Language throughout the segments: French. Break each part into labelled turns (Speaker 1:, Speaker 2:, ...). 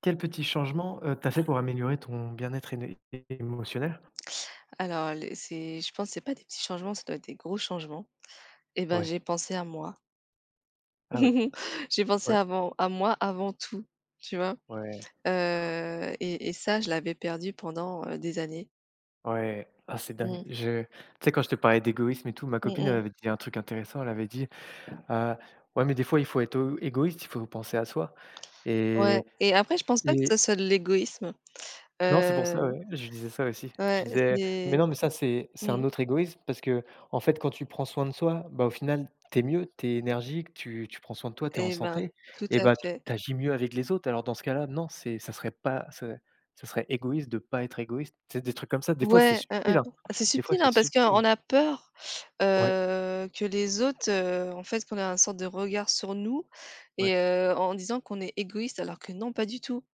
Speaker 1: Quel petit changement, tu fait pour améliorer ton bien-être éné é émotionnel?
Speaker 2: Alors les c'est je pense que c'est pas des petits changements, ça doit être des gros changements et ben,
Speaker 1: Ouais.
Speaker 2: j'ai pensé à moi.
Speaker 1: Ah oui.
Speaker 2: J'ai pensé
Speaker 1: Ouais,
Speaker 2: avant à moi avant tout, tu vois?
Speaker 1: ouais,
Speaker 2: Et ça, je l'avais perdu pendant des années.
Speaker 1: ouais. Ah c'est dingue.
Speaker 2: Mmh.
Speaker 1: Je Tu sais, quand je te parlais d'égoïsme et tout, ma
Speaker 2: Mmh
Speaker 1: copine elle
Speaker 2: mh.
Speaker 1: avait dit un truc intéressant, elle avait dit: «Heu, ouais, mais des fois il faut être o égoïste, il faut penser à soi.»
Speaker 2: Ouais et après je pense pas que
Speaker 1: et
Speaker 2: ce soit de l'égoïsme.
Speaker 1: Non, c'est pour
Speaker 2: Heu,
Speaker 1: ça, ouais, je disais ça aussi.
Speaker 2: ouais,
Speaker 1: Je disais: «Mais
Speaker 2: c'est
Speaker 1: non, mais ça, c'est
Speaker 2: mmh
Speaker 1: un autre égoïsme parce que, en fait, quand tu prends soin de toi, bah, au final, tu es mieux, tu es énergique, tu prends soin de toi, tu es en
Speaker 2: et ben,
Speaker 1: santé
Speaker 2: tout
Speaker 1: et
Speaker 2: à
Speaker 1: bah,
Speaker 2: fait.
Speaker 1: tu agis mieux avec les autres.» Alors dans ce cas-là, non, c'est ça serait pas ça. Ça serait égoïste de pas être égoïste. C'est des trucs comme ça. Des fois, c'est
Speaker 2: Ouais, hein,
Speaker 1: subtil,
Speaker 2: hein.
Speaker 1: hein.
Speaker 2: C'est
Speaker 1: Des fois,
Speaker 2: subtil, hein,
Speaker 1: c'est
Speaker 2: parce
Speaker 1: subtil, hein.
Speaker 2: qu'on a peur,
Speaker 1: Ouais,
Speaker 2: heu, que les autres, en fait, qu'on a une sorte de regard sur nous
Speaker 1: ouais,
Speaker 2: et en disant qu'on est égoïste alors que non, pas du tout,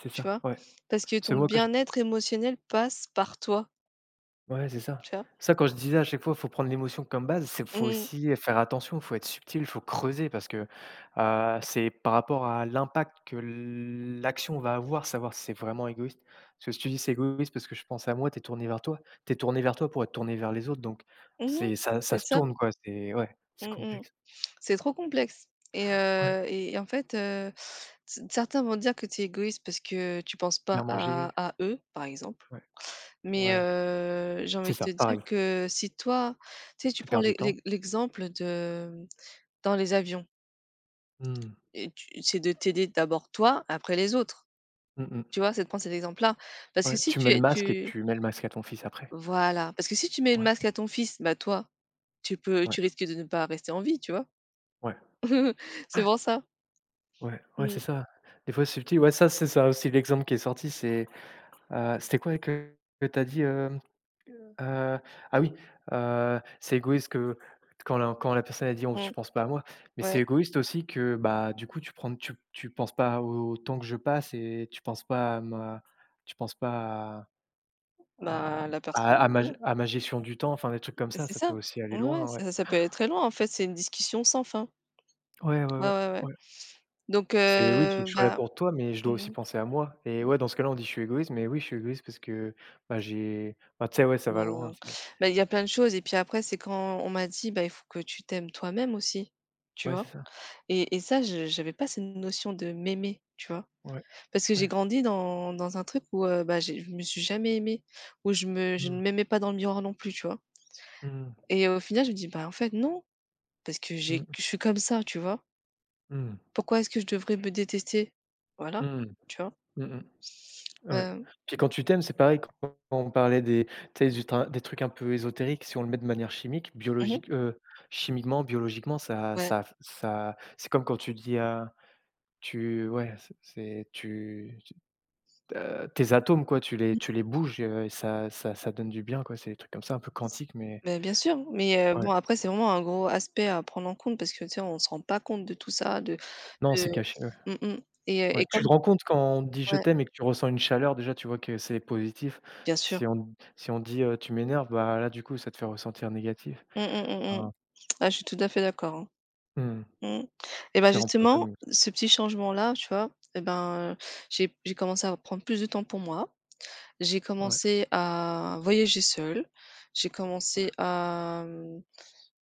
Speaker 1: c'est
Speaker 2: tu
Speaker 1: ça,
Speaker 2: vois?
Speaker 1: ouais.
Speaker 2: Parce que
Speaker 1: C'est
Speaker 2: ton
Speaker 1: moi quand je
Speaker 2: bien-être émotionnel passe par toi,
Speaker 1: Ouais, c'est ça.
Speaker 2: tu vois?
Speaker 1: Ça, quand je disais à chaque fois, faut prendre l'émotion comme base, c'est faut
Speaker 2: Mmh mh.
Speaker 1: aussi faire attention, faut être subtil, faut creuser parce que, c'est par rapport à l'impact que l'action va avoir, savoir si c'est vraiment égoïste. Parce que si tu dis: «C'est égoïste parce que je pense à moi.» T'es tourné vers toi. T'es tourné vers toi pour être tourné vers les autres, donc
Speaker 2: Mmh.
Speaker 1: c'est ça, ça
Speaker 2: C'est
Speaker 1: se
Speaker 2: ça.
Speaker 1: tourne quoi, c'est ouais, c'est
Speaker 2: Mmh mmh.
Speaker 1: complexe.
Speaker 2: C'est trop complexe et
Speaker 1: Ouais,
Speaker 2: heu et et en fait, heu, c certains vont dire que tu es égoïste parce que tu penses pas
Speaker 1: bien manger,
Speaker 2: à eux, par exemple.
Speaker 1: ouais,
Speaker 2: Mais
Speaker 1: ouais,
Speaker 2: j'ai
Speaker 1: c'est
Speaker 2: envie de
Speaker 1: ça,
Speaker 2: te dire
Speaker 1: pareil,
Speaker 2: que si toi, tu sais, tu
Speaker 1: tu
Speaker 2: prends
Speaker 1: perds du temps.
Speaker 2: l'exemple de, dans les avions
Speaker 1: Hmm.
Speaker 2: et tu c'est de t'aider d'abord toi, après les autres.
Speaker 1: Mmh
Speaker 2: Tu
Speaker 1: mh.
Speaker 2: vois? C'est de prendre cet exemple-là. Parce que
Speaker 1: Ouais,
Speaker 2: si
Speaker 1: tu
Speaker 2: tu
Speaker 1: mets le
Speaker 2: es
Speaker 1: masque et
Speaker 2: tu
Speaker 1: tu mets le masque à ton fils après.
Speaker 2: voilà, parce que si tu mets le
Speaker 1: Ouais,
Speaker 2: masque à ton fils, bah, toi,
Speaker 1: ouais,
Speaker 2: tu risques de ne pas rester en vie, tu vois?
Speaker 1: ouais.
Speaker 2: C'est pour ça.
Speaker 1: Ouais, ouais, c'est
Speaker 2: Mmh,
Speaker 1: ça. Des fois, c'est petit. Ouais, ça, c'est ça aussi l'exemple qui est sorti, c'est, c'était quoi que tu as dit, hem? Heu, ah oui, c'est égoïste que quand la personne a dit: «Oh,
Speaker 2: mmh,
Speaker 1: tu penses pas à moi.» Mais c'est
Speaker 2: ouais.
Speaker 1: égoïste aussi que, bah, du coup, tu penses pas au temps que je passe et tu penses pas tu penses pas à à
Speaker 2: Bah, la personne, voilà.
Speaker 1: à ma gestion du temps, enfin, des trucs comme ça,
Speaker 2: C'est
Speaker 1: ça peut
Speaker 2: ça.
Speaker 1: aussi aller
Speaker 2: Ouais, ouais,
Speaker 1: loin, ouais.
Speaker 2: ça peut aller très loin, en fait, c'est une discussion sans fin.
Speaker 1: Ouais, ouais,
Speaker 2: Ouais,
Speaker 1: ouais,
Speaker 2: ouais, ouais.
Speaker 1: ouais.
Speaker 2: Donc
Speaker 1: C'est oui, tu je suis là
Speaker 2: bah,
Speaker 1: pour toi, mais je dois aussi
Speaker 2: mmh
Speaker 1: penser à moi et ouais, dans ce cas-là, on dit: «Je suis égoïste», mais oui, je suis égoïste parce que, bah, j'ai bah, tu sais, ouais, ça
Speaker 2: Bah,
Speaker 1: va loin, c'est
Speaker 2: bah, il y a plein de choses et puis après, c'est quand on m'a dit: «Bah, il faut que tu t'aimes toi-même aussi», tu
Speaker 1: ouais, c'est
Speaker 2: vois?
Speaker 1: ça,
Speaker 2: Et ça, je j'avais pas cette notion de m'aimer, tu vois?
Speaker 1: ouais,
Speaker 2: Parce que j'ai
Speaker 1: ouais.
Speaker 2: grandi dans un truc où, bah, j'ai je me suis jamais aimée, où je
Speaker 1: Mmh.
Speaker 2: ne m'aimais pas dans le miroir non plus, tu vois?
Speaker 1: Mmh.
Speaker 2: Et au final, je me dis: «Bah, en fait, non, parce que j'ai
Speaker 1: Mmh.
Speaker 2: je suis comme ça», tu vois?
Speaker 1: Mmh.
Speaker 2: Pourquoi est-ce que je devrais me détester? Voilà,
Speaker 1: Mmh.
Speaker 2: tu vois?
Speaker 1: Mmh mh. Ouais.
Speaker 2: Heu,
Speaker 1: Puis quand tu t'aimes, c'est pareil, quand on parlait des tu sais, du tra des trucs un peu ésotériques, si on le met de manière chimique,
Speaker 2: mmh
Speaker 1: biologique, chimiquement, biologiquement, ça
Speaker 2: ouais.
Speaker 1: ça ça c'est comme quand tu dis à tu ouais, c'est tu tes atomes quoi, tu les bouges, et ça donne du bien quoi, c'est des trucs comme ça un peu quantiques, mais
Speaker 2: Bah, bien sûr, mais bon
Speaker 1: ouais.
Speaker 2: après c'est vraiment un gros aspect à prendre en compte parce que tu sais, on se rend pas compte de tout ça,
Speaker 1: Non,
Speaker 2: de
Speaker 1: c'est caché, ouais.
Speaker 2: mmh mh
Speaker 1: Ouais,
Speaker 2: et
Speaker 1: tu
Speaker 2: comme
Speaker 1: te rends compte quand on te dit: «Je
Speaker 2: ouais,
Speaker 1: t'aime» et que tu ressens une chaleur déjà, tu vois que c'est positif.
Speaker 2: bien sûr.
Speaker 1: Si on dit, «Tu m'énerves», bah là, du coup, ça te fait ressentir négatif.
Speaker 2: Mmh, mmh, mmh, mmh.
Speaker 1: Enfin,
Speaker 2: Ah je suis tout à fait d'accord, hein.
Speaker 1: mmh,
Speaker 2: Mmh. Et ben
Speaker 1: ça
Speaker 2: justement,
Speaker 1: empoisonne, oui.
Speaker 2: ce petit changement-là, tu vois? Et ben, j'ai commencé à prendre plus de temps pour moi. J'ai
Speaker 1: Ouais,
Speaker 2: commencé à voyager seule. J'ai commencé à,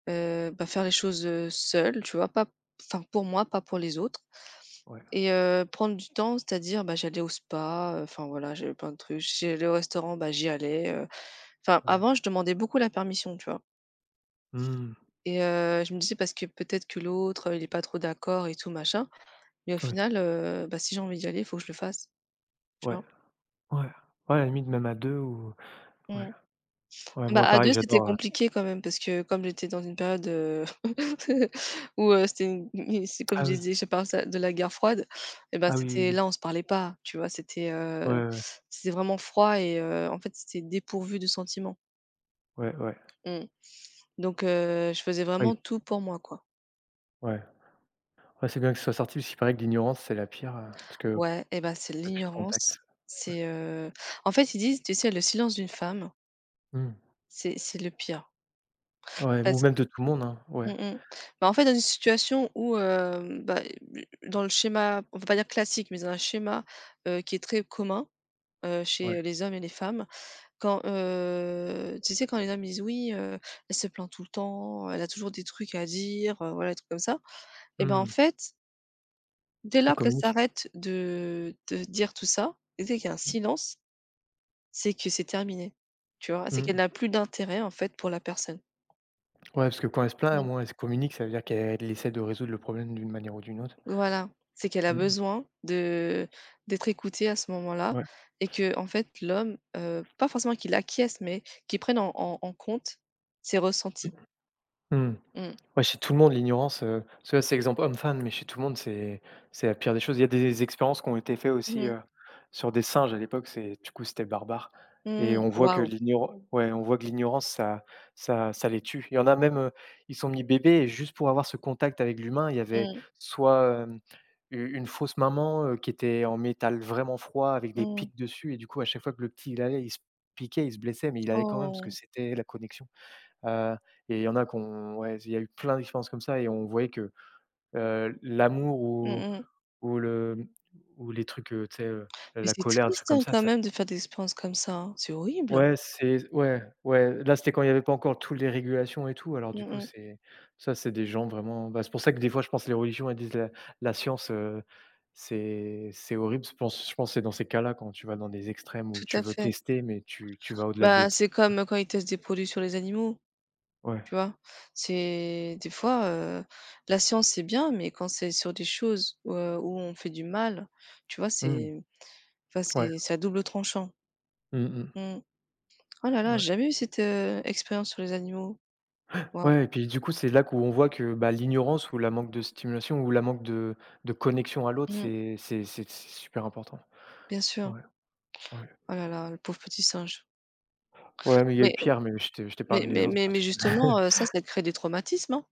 Speaker 2: bah, faire les choses, seule, tu vois? Pas enfin pour moi, pas pour les autres.
Speaker 1: ouais,
Speaker 2: Et prendre du temps, c'est-à-dire, bah, j'allais au spa, enfin voilà, j'avais plein de trucs. J'allais au restaurant, bah, j'y allais. Enfin, avant,
Speaker 1: ouais.
Speaker 2: je demandais beaucoup la permission, tu vois?
Speaker 1: Mmh,
Speaker 2: Et je me disais parce que peut-être que l'autre, il est pas trop d'accord et tout machin, mais au
Speaker 1: oui,
Speaker 2: final, bah, si j'ai envie d'y aller, il faut que je le fasse, tu
Speaker 1: ouais,
Speaker 2: vois?
Speaker 1: ouais, ouais, à la limite même à 2 ou ouais,
Speaker 2: Mmh.
Speaker 1: ouais,
Speaker 2: Bah,
Speaker 1: moi
Speaker 2: à
Speaker 1: pareil,
Speaker 2: 2 c'était
Speaker 1: j'adore,
Speaker 2: compliqué quand même parce que comme j'étais dans une période, où, c'était une c'est comme je
Speaker 1: ah oui,
Speaker 2: disais, je parle ça de la guerre froide et ben
Speaker 1: ah oui, oui,
Speaker 2: c'était
Speaker 1: oui.
Speaker 2: là, on se parlait pas, tu vois? C'était, heu,
Speaker 1: Ouais, ouais,
Speaker 2: c'était vraiment froid et en fait, c'était dépourvu de sentiments.
Speaker 1: ouais, ouais, ouais,
Speaker 2: Mmh. Donc je faisais
Speaker 1: ouais,
Speaker 2: vraiment tout pour moi, quoi.
Speaker 1: ouais. Ouais, c'est bien que ce soit sorti, parce qu'il paraît que l'ignorance, c'est la pire, parce que
Speaker 2: Ouais et ben c'est
Speaker 1: tu plus de contact.
Speaker 2: l'ignorance,
Speaker 1: Ouais.
Speaker 2: c'est, heu en fait, ils disent, tu sais, le silence d'une femme,
Speaker 1: Mmh.
Speaker 2: c'est le pire.
Speaker 1: Ouais, ou
Speaker 2: Parce
Speaker 1: même de tout le monde, hein.
Speaker 2: Mmh
Speaker 1: Ouais,
Speaker 2: mh. Bah, en fait, dans une situation où, bah, dans le schéma, on va pas dire classique, mais dans un schéma, qui est très commun,
Speaker 1: ouais.
Speaker 2: chez les hommes et les femmes, quand, tu sais, quand les hommes disent: «Oui, elle se plaint tout le temps, elle a toujours des trucs à dire», voilà, des trucs comme ça et ben, en
Speaker 1: Mmh.
Speaker 2: fait, dès
Speaker 1: Elle
Speaker 2: lors qu'elle
Speaker 1: communique.
Speaker 2: s'arrête de dire tout ça et dès qu'il y a un silence, c'est que c'est terminé, tu vois? C'est qu'elle
Speaker 1: Mmh.
Speaker 2: n'a plus d'intérêt, en fait, pour la personne.
Speaker 1: Ouais, parce que quand elle se plaint, au moins elle se communique, ça veut dire qu'elle essaie de résoudre le problème d'une manière ou d'une autre.
Speaker 2: Voilà, c'est qu'elle a
Speaker 1: Mmh.
Speaker 2: besoin de d'être écoutée à ce moment-là
Speaker 1: Ouais.
Speaker 2: et que en fait l'homme, pas forcément qu'il acquiesce, mais qu'il prenne en compte ses
Speaker 1: Mmh.
Speaker 2: ressentis.
Speaker 1: Mmh.
Speaker 2: Mmh.
Speaker 1: Ouais, chez tout le monde, l'ignorance, parce que là, c'est exemple homme-femme, mais chez tout le monde, c'est la pire des choses. Il y a des expériences qui ont été faites
Speaker 2: Mmh
Speaker 1: aussi,
Speaker 2: mh.
Speaker 1: sur des singes à l'époque, c'est du coup, c'était barbare et
Speaker 2: Mmh. Waouh.
Speaker 1: on voit que l'ignorance, ça les tue. Il y en a même, ils sont mis bébés et juste pour avoir ce contact avec l'humain, il y avait
Speaker 2: Mmh.
Speaker 1: soit, u une fausse maman, qui était en métal vraiment froid avec des
Speaker 2: Mmh.
Speaker 1: pics dessus et, du coup, à chaque fois que le petit, il allait, il se piquait, il se blessait, mais il allait quand même parce que
Speaker 2: Oh.
Speaker 1: c'était la connexion. Heu et il y en a qu'on, ouais, il y a eu plein d'expériences comme ça et on voyait que, l'amour
Speaker 2: Mmh mh.
Speaker 1: ou le ou les trucs, tu sais,
Speaker 2: Mais
Speaker 1: la
Speaker 2: c'est
Speaker 1: colère, des trucs
Speaker 2: triste,
Speaker 1: comme
Speaker 2: hein,
Speaker 1: ça,
Speaker 2: quand
Speaker 1: ça
Speaker 2: même de faire des expériences comme ça, hein. C'est horrible.
Speaker 1: ouais, ouais, là, c'était quand il y avait pas encore toutes les régulations et tout, alors du
Speaker 2: Mmh
Speaker 1: coup,
Speaker 2: mh.
Speaker 1: c'est ça, c'est des gens vraiment bah, c'est pour ça que des fois, je pense que les religions, elles disent: «La science, c'est horrible.» Je pense que c'est dans ces cas-là, quand tu vas dans des extrêmes où
Speaker 2: Tout
Speaker 1: tu
Speaker 2: à
Speaker 1: veux
Speaker 2: fait.
Speaker 1: tester, mais tu vas au-delà de
Speaker 2: Bah,
Speaker 1: l'éthique.
Speaker 2: c'est comme, quand ils testent des produits sur les animaux.
Speaker 1: Ouais.
Speaker 2: Tu vois? C'est des fois, la science c'est bien, mais quand c'est sur des choses où on fait du mal, tu vois?
Speaker 1: Mmh.
Speaker 2: C'est enfin
Speaker 1: Ouais.
Speaker 2: c'est à double tranchant.
Speaker 1: Mmh mh.
Speaker 2: Mmh. Oh là là,
Speaker 1: Ouais.
Speaker 2: j'ai jamais eu cette, expérience sur les animaux. Waouh.
Speaker 1: Ouais, et puis du coup, c'est là où on voit que, bah, l'ignorance ou la manque de stimulation ou la manque de connexion à l'autre,
Speaker 2: Mmh.
Speaker 1: c'est super important.
Speaker 2: Bien sûr.
Speaker 1: Ouais, ouais.
Speaker 2: Oh là là, le pauvre petit singe.
Speaker 1: Ouais, mais il y a eu
Speaker 2: Mais
Speaker 1: pire, mais je
Speaker 2: mais
Speaker 1: t'épargne les
Speaker 2: mais
Speaker 1: autres
Speaker 2: mais mais
Speaker 1: parce que
Speaker 2: justement, ça crée des traumatismes, hein?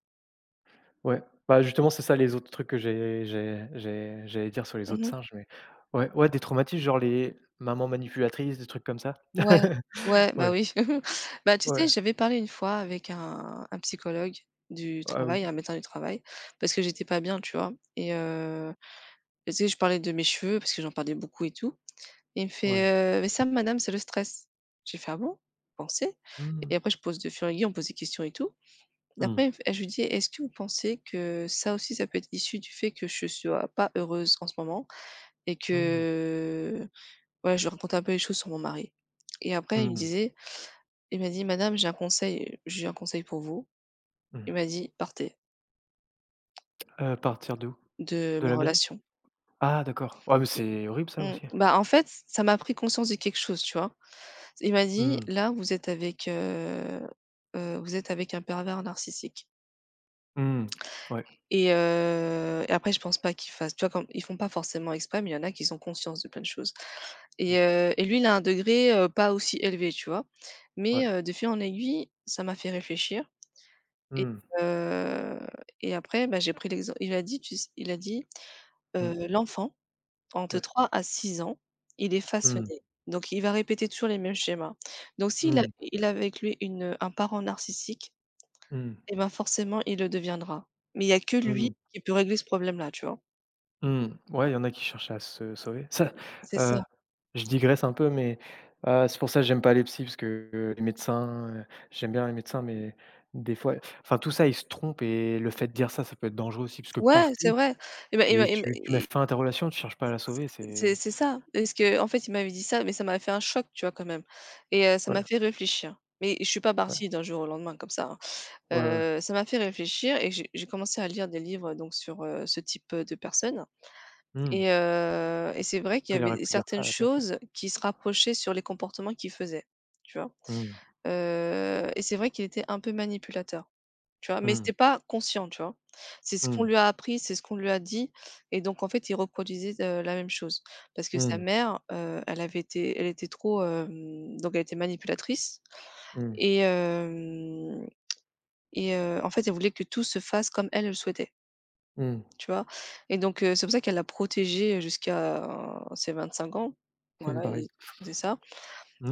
Speaker 1: ouais, bah, justement, c'est ça les autres trucs que j'allais dire sur les autres
Speaker 2: Mmh.
Speaker 1: singes, mais ouais, ouais, des traumatismes, genre les mamans manipulatrices, des trucs comme ça.
Speaker 2: Ouais, ouais, bah
Speaker 1: Ouais,
Speaker 2: oui. Bah, tu sais,
Speaker 1: ouais,
Speaker 2: j'avais parlé une fois avec un psychologue du
Speaker 1: ah oui,
Speaker 2: travail, un médecin du travail, parce que j'étais pas bien, tu vois? Et heu Tu sais, je parlais de mes cheveux parce que j'en parlais beaucoup et tout. Et il me
Speaker 1: ouais.
Speaker 2: fait: «Mais ça, madame, c'est le stress». J'ai fait: «Ah bon? Vous pensez?»
Speaker 1: Mmh.
Speaker 2: et après je pose de fil en aiguille, on pose des questions et tout. Et
Speaker 1: Mmh.
Speaker 2: après, il me fait je lui dis: «Est-ce que vous pensez que ça aussi, ça peut être issu du fait que je sois pas heureuse en ce moment?» et
Speaker 1: Mmh.
Speaker 2: que voilà, je lui racontais un peu les choses sur mon mari. Et après il me
Speaker 1: Mmh.
Speaker 2: disait il m'a dit: «Madame, j'ai un conseil pour vous».
Speaker 1: Mmh.
Speaker 2: Il m'a dit: «Partez
Speaker 1: Partir de où?
Speaker 2: de
Speaker 1: De
Speaker 2: ma
Speaker 1: la maison?
Speaker 2: relation».
Speaker 1: Ah d'accord. Ouais, mais c'est horrible ça
Speaker 2: Mmh.
Speaker 1: aussi.
Speaker 2: Bah, en fait, ça m'a pris conscience de quelque chose, tu vois? Il m'a dit:
Speaker 1: Mmh.
Speaker 2: «Là, vous êtes avec un pervers narcissique»
Speaker 1: Mmh. Ouais,
Speaker 2: et après je pense pas qu'ils fassent tu vois? Comme ils font pas forcément exprès, mais il y en a qui ont conscience de plein de choses et
Speaker 1: oui,
Speaker 2: heu et lui, il a un degré, pas aussi élevé, tu vois?
Speaker 1: ouais.
Speaker 2: Mais de fil en aiguille, ça m'a fait réfléchir et
Speaker 1: Mmh.
Speaker 2: heu et après, bah, j'ai pris l'exemple il a dit:
Speaker 1: Mmh.
Speaker 2: «L'enfant». Entre
Speaker 1: Ouais.
Speaker 2: 3 à 6 ans, il est
Speaker 1: Mmh.
Speaker 2: façonné. Donc il va répéter toujours les mêmes schémas. Donc s'il a
Speaker 1: Mmh.
Speaker 2: il a avec lui un parent narcissique
Speaker 1: Mmh.
Speaker 2: eh ben, forcément il le deviendra. Mais il y a que lui
Speaker 1: Mmh.
Speaker 2: qui peut régler ce problème-là, tu vois?
Speaker 1: Mmh. Ouais, il y en a qui cherchent à se sauver.
Speaker 2: C'est ça.
Speaker 1: Heu, je digresse un peu, mais, c'est pour ça que j'aime pas les psys, parce que les médecins, j'aime bien les médecins, mais des fois, enfin, tout ça, ils se trompent et le fait de dire ça, ça peut être dangereux aussi, parce que
Speaker 2: Ouais, c'est
Speaker 1: «partez»
Speaker 2: vrai. Eh ben et ben
Speaker 1: et
Speaker 2: et ben
Speaker 1: tu mets
Speaker 2: et
Speaker 1: fin à ta relation, tu cherches pas à la sauver,
Speaker 2: c'est
Speaker 1: c'est
Speaker 2: c'est ça. Parce que en fait, il m'avait dit ça, mais ça m'a fait un choc, tu vois, quand même et ça
Speaker 1: ouais,
Speaker 2: m'a fait réfléchir. Mais je suis pas
Speaker 1: ouais,
Speaker 2: partie d'un jour au lendemain comme ça, hein.
Speaker 1: ouais, ouais.
Speaker 2: Ça m'a fait réfléchir et j'ai commencé à lire des livres donc sur, ce type, de personnes.
Speaker 1: Mmh.
Speaker 2: Et c'est vrai qu'il
Speaker 1: Ah,
Speaker 2: y
Speaker 1: il aurait
Speaker 2: avait
Speaker 1: pu dire ça
Speaker 2: certaines
Speaker 1: à la place, ouais.
Speaker 2: choses qui se rapprochaient sur les comportements qu'il faisait, tu vois?
Speaker 1: Mmh.
Speaker 2: Et c'est vrai qu'il était un peu manipulateur, tu vois? Mais c'était
Speaker 1: Mmh.
Speaker 2: pas conscient, tu vois? C'est ce qu'on
Speaker 1: Mmh.
Speaker 2: lui a appris, c'est ce qu'on lui a dit et donc en fait, il reproduisait, la même chose. Parce que sa
Speaker 1: Mmh.
Speaker 2: mère, elle avait été elle était trop, hem donc elle était manipulatrice
Speaker 1: Mmh.
Speaker 2: et hem et en fait, elle voulait que tout se fasse comme elle le souhaitait.
Speaker 1: Mmh.
Speaker 2: Tu vois? Et donc c'est pour ça qu'elle l'a protégé jusqu'à ses 25 ans.
Speaker 1: Mmh,
Speaker 2: Voilà et
Speaker 1: pareil.
Speaker 2: c'est ça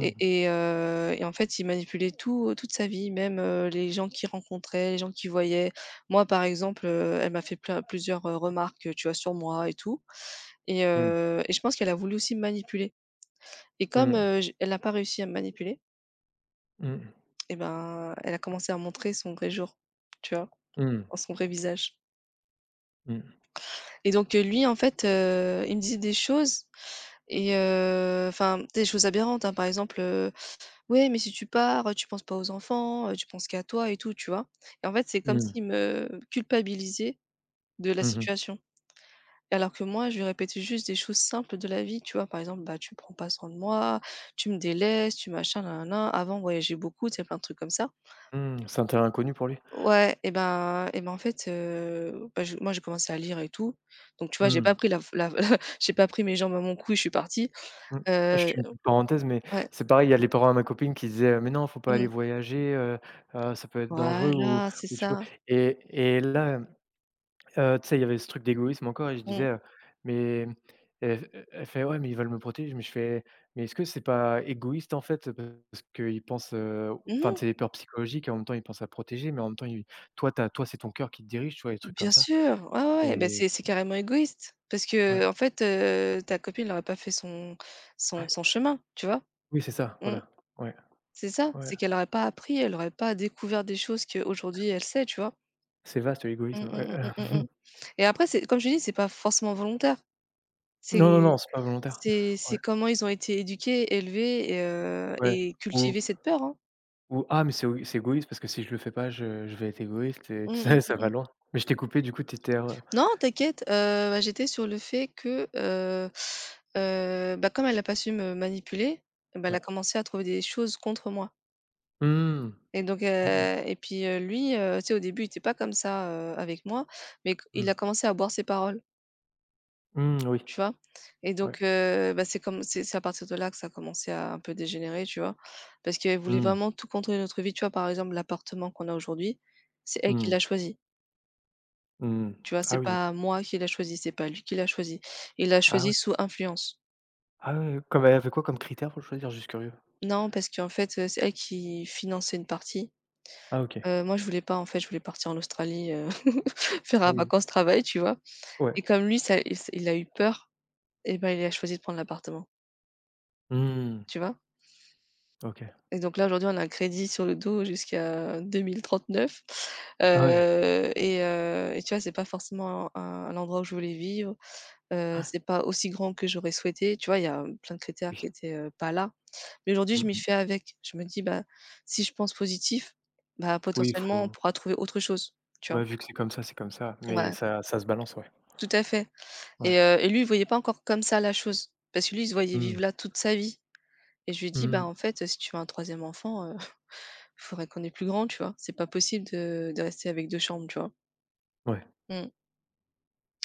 Speaker 2: et et heu et en fait, il manipulait toute sa vie, même, les gens qu'il rencontrait, les gens qu'il voyait. Moi, par exemple, elle m'a fait plein plusieurs, remarques, tu vois, sur moi et tout et
Speaker 1: Mmh.
Speaker 2: heu et je pense qu'elle a voulu aussi me manipuler et comme,
Speaker 1: Mmh.
Speaker 2: heu, j elle n'a pas réussi à me manipuler
Speaker 1: Mmh.
Speaker 2: et ben, elle a commencé à montrer son vrai jour, tu vois?
Speaker 1: Mmh.
Speaker 2: Son vrai visage
Speaker 1: Mmh.
Speaker 2: et donc lui, en fait, il me disait des choses. Enfin, des choses aberrantes, hein, par exemple: «Ouais, mais si tu pars, tu penses pas aux enfants, tu penses qu'à toi et tout», tu vois? Et en fait, c'est comme
Speaker 1: Mmh.
Speaker 2: s'il me culpabilisait de la
Speaker 1: Mmh mh.
Speaker 2: situation. Alors que moi, je lui répétais juste des choses simples de la vie, tu vois? Par exemple: «Bah, tu prends pas soin de moi, tu me délaisses, tu machin, nin-nin-nin». Avant, on voyageait beaucoup, tu sais, plein de trucs comme ça.
Speaker 1: Mmh, c'est un terrain inconnu pour lui.
Speaker 2: Ouais et ben, en fait, bah, je moi, j'ai commencé à lire et tout. Donc tu vois, j'ai
Speaker 1: Mmh.
Speaker 2: pas pris la j'ai pas pris mes jambes à mon cou et je suis partie.
Speaker 1: Mmh.
Speaker 2: Heu,
Speaker 1: Je fais une petite parenthèse, mais
Speaker 2: ouais.
Speaker 1: c'est pareil, il y a les parents à ma copine qui disaient: «Mais non, faut pas aller
Speaker 2: Mmh.
Speaker 1: voyager, ça peut être dangereux ou
Speaker 2: Voilà, c'est
Speaker 1: tu peux»,
Speaker 2: ça.
Speaker 1: et là, tu sais, il y avait ce truc d'égoïsme encore et je
Speaker 2: Mmh.
Speaker 1: disais, «Mais», elle f elle fait: «Ouais, mais ils veulent me protéger.» Mais je fais: «Mais est-ce que c'est pas égoïste, en fait, parce qu'ils pensent,
Speaker 2: Mmh
Speaker 1: enfin,
Speaker 2: mh.
Speaker 1: tu sais, les peurs psychologiques et, en même temps, ils pensent à protéger, mais en même temps, ils toi, tu as toi, c'est ton cœur qui te dirige», tu vois? Des trucs comme
Speaker 2: Bien
Speaker 1: ça.
Speaker 2: sûr, ouais, ouais, ouais. Bah,
Speaker 1: Et
Speaker 2: c'est carrément égoïste parce
Speaker 1: ouais,
Speaker 2: qu'en fait, ta copine aurait pas fait son chemin, tu vois?
Speaker 1: oui, c'est ça,
Speaker 2: Mmh.
Speaker 1: voilà, ouais,
Speaker 2: C'est ça,
Speaker 1: ouais.
Speaker 2: c'est qu'elle aurait pas appris, elle aurait pas découvert des choses qu'aujourd'hui elle sait, tu vois?
Speaker 1: C'est vaste
Speaker 2: Mmh,
Speaker 1: l'égoïsme, ouais.
Speaker 2: mmh, mmh, mmh, mmh, mmh, et après c'est comme je te dis, c'est pas forcément volontaire.
Speaker 1: Non, non,
Speaker 2: C'est
Speaker 1: non, c'est pas volontaire.
Speaker 2: c'est
Speaker 1: Ouais,
Speaker 2: c'est comment ils ont été éduqués, élevés et
Speaker 1: ouais. Ou
Speaker 2: cultiver cette peur, hein.
Speaker 1: ou: «Ah, mais c'est égoïste parce que si je le fais pas, je vais être égoïste» et tu
Speaker 2: Mmh
Speaker 1: sais,
Speaker 2: mh.
Speaker 1: ça va loin. Mais je t'ai coupé, du coup, t'étais étais,
Speaker 2: Non, t'inquiète, bah, j'étais sur le fait que, bah, comme elle a pas su me manipuler, bah, elle a
Speaker 1: ouais.
Speaker 2: commencé à trouver des choses contre moi
Speaker 1: Mmh.
Speaker 2: et donc
Speaker 1: Mmh mh.
Speaker 2: et puis, lui, tu sais, au début, il était pas comme ça, avec moi, mais q il a
Speaker 1: Mmh.
Speaker 2: commencé à boire ses paroles,
Speaker 1: Mmh, oui,
Speaker 2: tu vois? Et
Speaker 1: ouais.
Speaker 2: donc bah, c'est comme c'est à partir de là que ça a commencé à un peu dégénérer, tu vois? Parce qu'elle voulait
Speaker 1: Mmh.
Speaker 2: vraiment tout contrôler notre vie, tu vois? Par exemple, l'appartement qu'on a aujourd'hui, c'est elle qui l'a
Speaker 1: Mmh.
Speaker 2: choisi,
Speaker 1: Mmh.
Speaker 2: tu vois? C'est
Speaker 1: Ah oui,
Speaker 2: pas moi qui l'a choisi, c'est pas lui qui l'a choisi. Il l'a
Speaker 1: ah
Speaker 2: choisi
Speaker 1: oui.
Speaker 2: sous influence.
Speaker 1: Ah ouais, ouais. Comme elle avait quoi comme critère pour le choisir? Juste curieux.
Speaker 2: Non, parce qu'en fait, c'est elle qui finançait une partie.
Speaker 1: Ah OK.
Speaker 2: Moi je voulais pas en fait, je voulais partir en Australie, faire
Speaker 1: Ah
Speaker 2: un
Speaker 1: oui.
Speaker 2: vacances-travail, tu vois?
Speaker 1: Ouais.
Speaker 2: Et comme lui ça il a eu peur et bah, il a choisi de prendre l'appartement,
Speaker 1: Mmh.
Speaker 2: tu vois?
Speaker 1: OK.
Speaker 2: Et donc là aujourd'hui on a un crédit sur le dos jusqu'à 2039,
Speaker 1: Ah ouais,
Speaker 2: et tu vois, c'est pas forcément un l'endroit où je voulais vivre, c'est pas aussi grand que j'aurais souhaité, tu vois? Il y a plein de critères
Speaker 1: oui.
Speaker 2: qui étaient, pas là. Mais aujourd'hui, je
Speaker 1: Mmh
Speaker 2: m'y
Speaker 1: mh.
Speaker 2: fais avec. Je me dis: «Bah, si je pense positif, bah,
Speaker 1: Oui, il
Speaker 2: potentiellement, on
Speaker 1: faut
Speaker 2: pourra trouver autre chose», tu vois?
Speaker 1: Ouais, vu que c'est comme ça, mais
Speaker 2: Ouais,
Speaker 1: ça se balance, ouais.
Speaker 2: tout à fait,
Speaker 1: Ouais.
Speaker 2: et lui, il voyait pas encore comme ça la chose parce que lui, il se voyait vivre
Speaker 1: Mmh.
Speaker 2: là toute sa vie et je lui ai dit: «Bah,
Speaker 1: Mmh.
Speaker 2: en fait, si tu veux un troisième enfant, faudrait qu'on ait plus grand», tu vois? «C'est pas possible de rester avec 2 chambres», tu vois?
Speaker 1: Ouais.
Speaker 2: Mmh.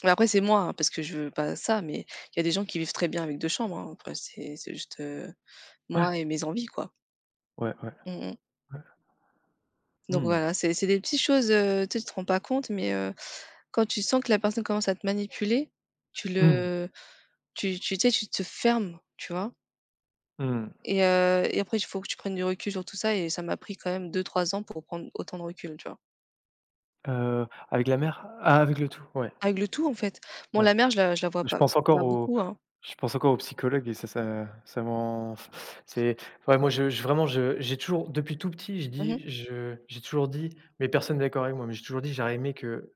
Speaker 2: Mais après, c'est moi, hein, parce que je veux pas ça, mais il y a des gens qui vivent très bien avec 2 chambres, hein. Après, c'est juste,
Speaker 1: Ouais.
Speaker 2: moi et mes envies, quoi.
Speaker 1: Ouais, ouais,
Speaker 2: Mmh mmh.
Speaker 1: ouais.
Speaker 2: Donc
Speaker 1: Mmh.
Speaker 2: voilà, c'est des petites choses, tu sais, tu te rends pas compte, mais quand tu sens que la personne commence à te manipuler, tu
Speaker 1: Mmh.
Speaker 2: le tu sais, tu te fermes, tu vois?
Speaker 1: Mmh.
Speaker 2: Et après, il faut que tu prennes du recul sur tout ça et ça m'a pris quand même 2 3 ans pour prendre autant de recul, tu vois?
Speaker 1: Avec la mer? Ah, avec le tout, ouais.
Speaker 2: Avec le tout, en fait. Bon,
Speaker 1: Ouais.
Speaker 2: la mère, je la vois
Speaker 1: Je pense encore
Speaker 2: pas
Speaker 1: au
Speaker 2: beaucoup, hein.
Speaker 1: je pense encore aux psychologues et ça ça ça m'en c'est ouais, moi, je vraiment, je j'ai toujours, depuis tout petit, je
Speaker 2: Mhm mh.
Speaker 1: dis je j'ai toujours dit, mais personne n'est d'accord avec moi, mais j'ai toujours dit: «J'aurais aimé que,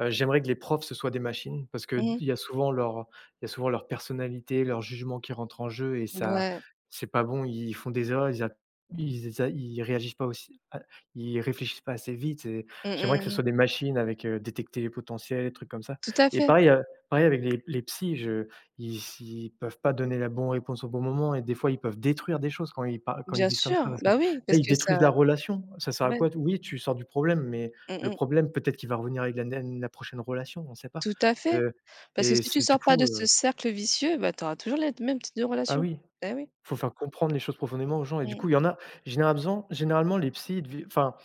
Speaker 1: heu, j'aimerais que les profs, ce soient des machines», parce que
Speaker 2: Mmh.
Speaker 1: il y a souvent leur personnalité, leur jugement qui rentre en jeu, et ça,
Speaker 2: Ouais.
Speaker 1: c'est pas bon. Ils font des erreurs, ils réagissent pas aussi a ils réfléchissent pas assez vite, et
Speaker 2: Mmh
Speaker 1: j'aimerais
Speaker 2: mh,
Speaker 1: que ce soit
Speaker 2: mmh.
Speaker 1: des machines avec, détecter les potentiels, des trucs comme ça.
Speaker 2: Tout à
Speaker 1: Et
Speaker 2: fait.
Speaker 1: pareil, ouais, avec les psys, je ils ils peuvent pas donner la bonne réponse au bon moment et des fois, ils peuvent détruire des choses quand ils
Speaker 2: Bien
Speaker 1: disent comme ça,
Speaker 2: sûr,
Speaker 1: parce que
Speaker 2: bah oui,
Speaker 1: là,
Speaker 2: parce
Speaker 1: ils
Speaker 2: que
Speaker 1: détruisent
Speaker 2: ça
Speaker 1: la relation. Ça sert à
Speaker 2: ouais.
Speaker 1: quoi? Oui, tu sors du problème, mais
Speaker 2: Mmh
Speaker 1: le
Speaker 2: mh.
Speaker 1: problème, peut-être qu'il va revenir avec la prochaine relation, on ne sait pas.
Speaker 2: Tout à fait.
Speaker 1: Heu
Speaker 2: Parce que
Speaker 1: et
Speaker 2: si tu
Speaker 1: c'est du
Speaker 2: sors pas de
Speaker 1: coup,
Speaker 2: ce
Speaker 1: heu
Speaker 2: cercle vicieux, bah, tu auras toujours les mêmes types de
Speaker 1: ah
Speaker 2: relations.
Speaker 1: oui,
Speaker 2: Beh, oui.
Speaker 1: faut faire comprendre les choses profondément aux gens et, du
Speaker 2: Mmh.
Speaker 1: coup, il y en a généralement les psys, ils devi enfin,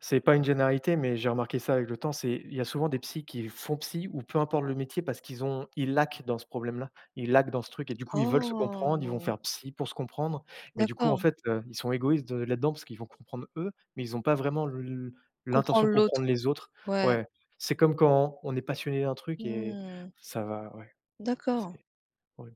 Speaker 1: c'est pas une généralité, mais j'ai remarqué ça avec le temps, c'est il y a souvent des psys qui font psy, ou peu importe le métier, parce qu'ils ont ils laquent dans ce problème-là. Ils laquent dans ce truc et, du coup, ils veulent se comprendre, ils vont
Speaker 2: Oh!
Speaker 1: faire psy pour se comprendre, mais, du coup, en
Speaker 2: D'accord.
Speaker 1: fait, ils sont égoïstes, là-dedans, parce qu'ils vont comprendre eux, mais ils ont pas vraiment l'intention
Speaker 2: Comprendre
Speaker 1: de comprendre
Speaker 2: l'autre.
Speaker 1: les autres.
Speaker 2: Ouais.
Speaker 1: Ouais, c'est comme quand on est passionné d'un truc et
Speaker 2: Mmh.
Speaker 1: ça va, ouais,
Speaker 2: D'accord.
Speaker 1: c'est ouais.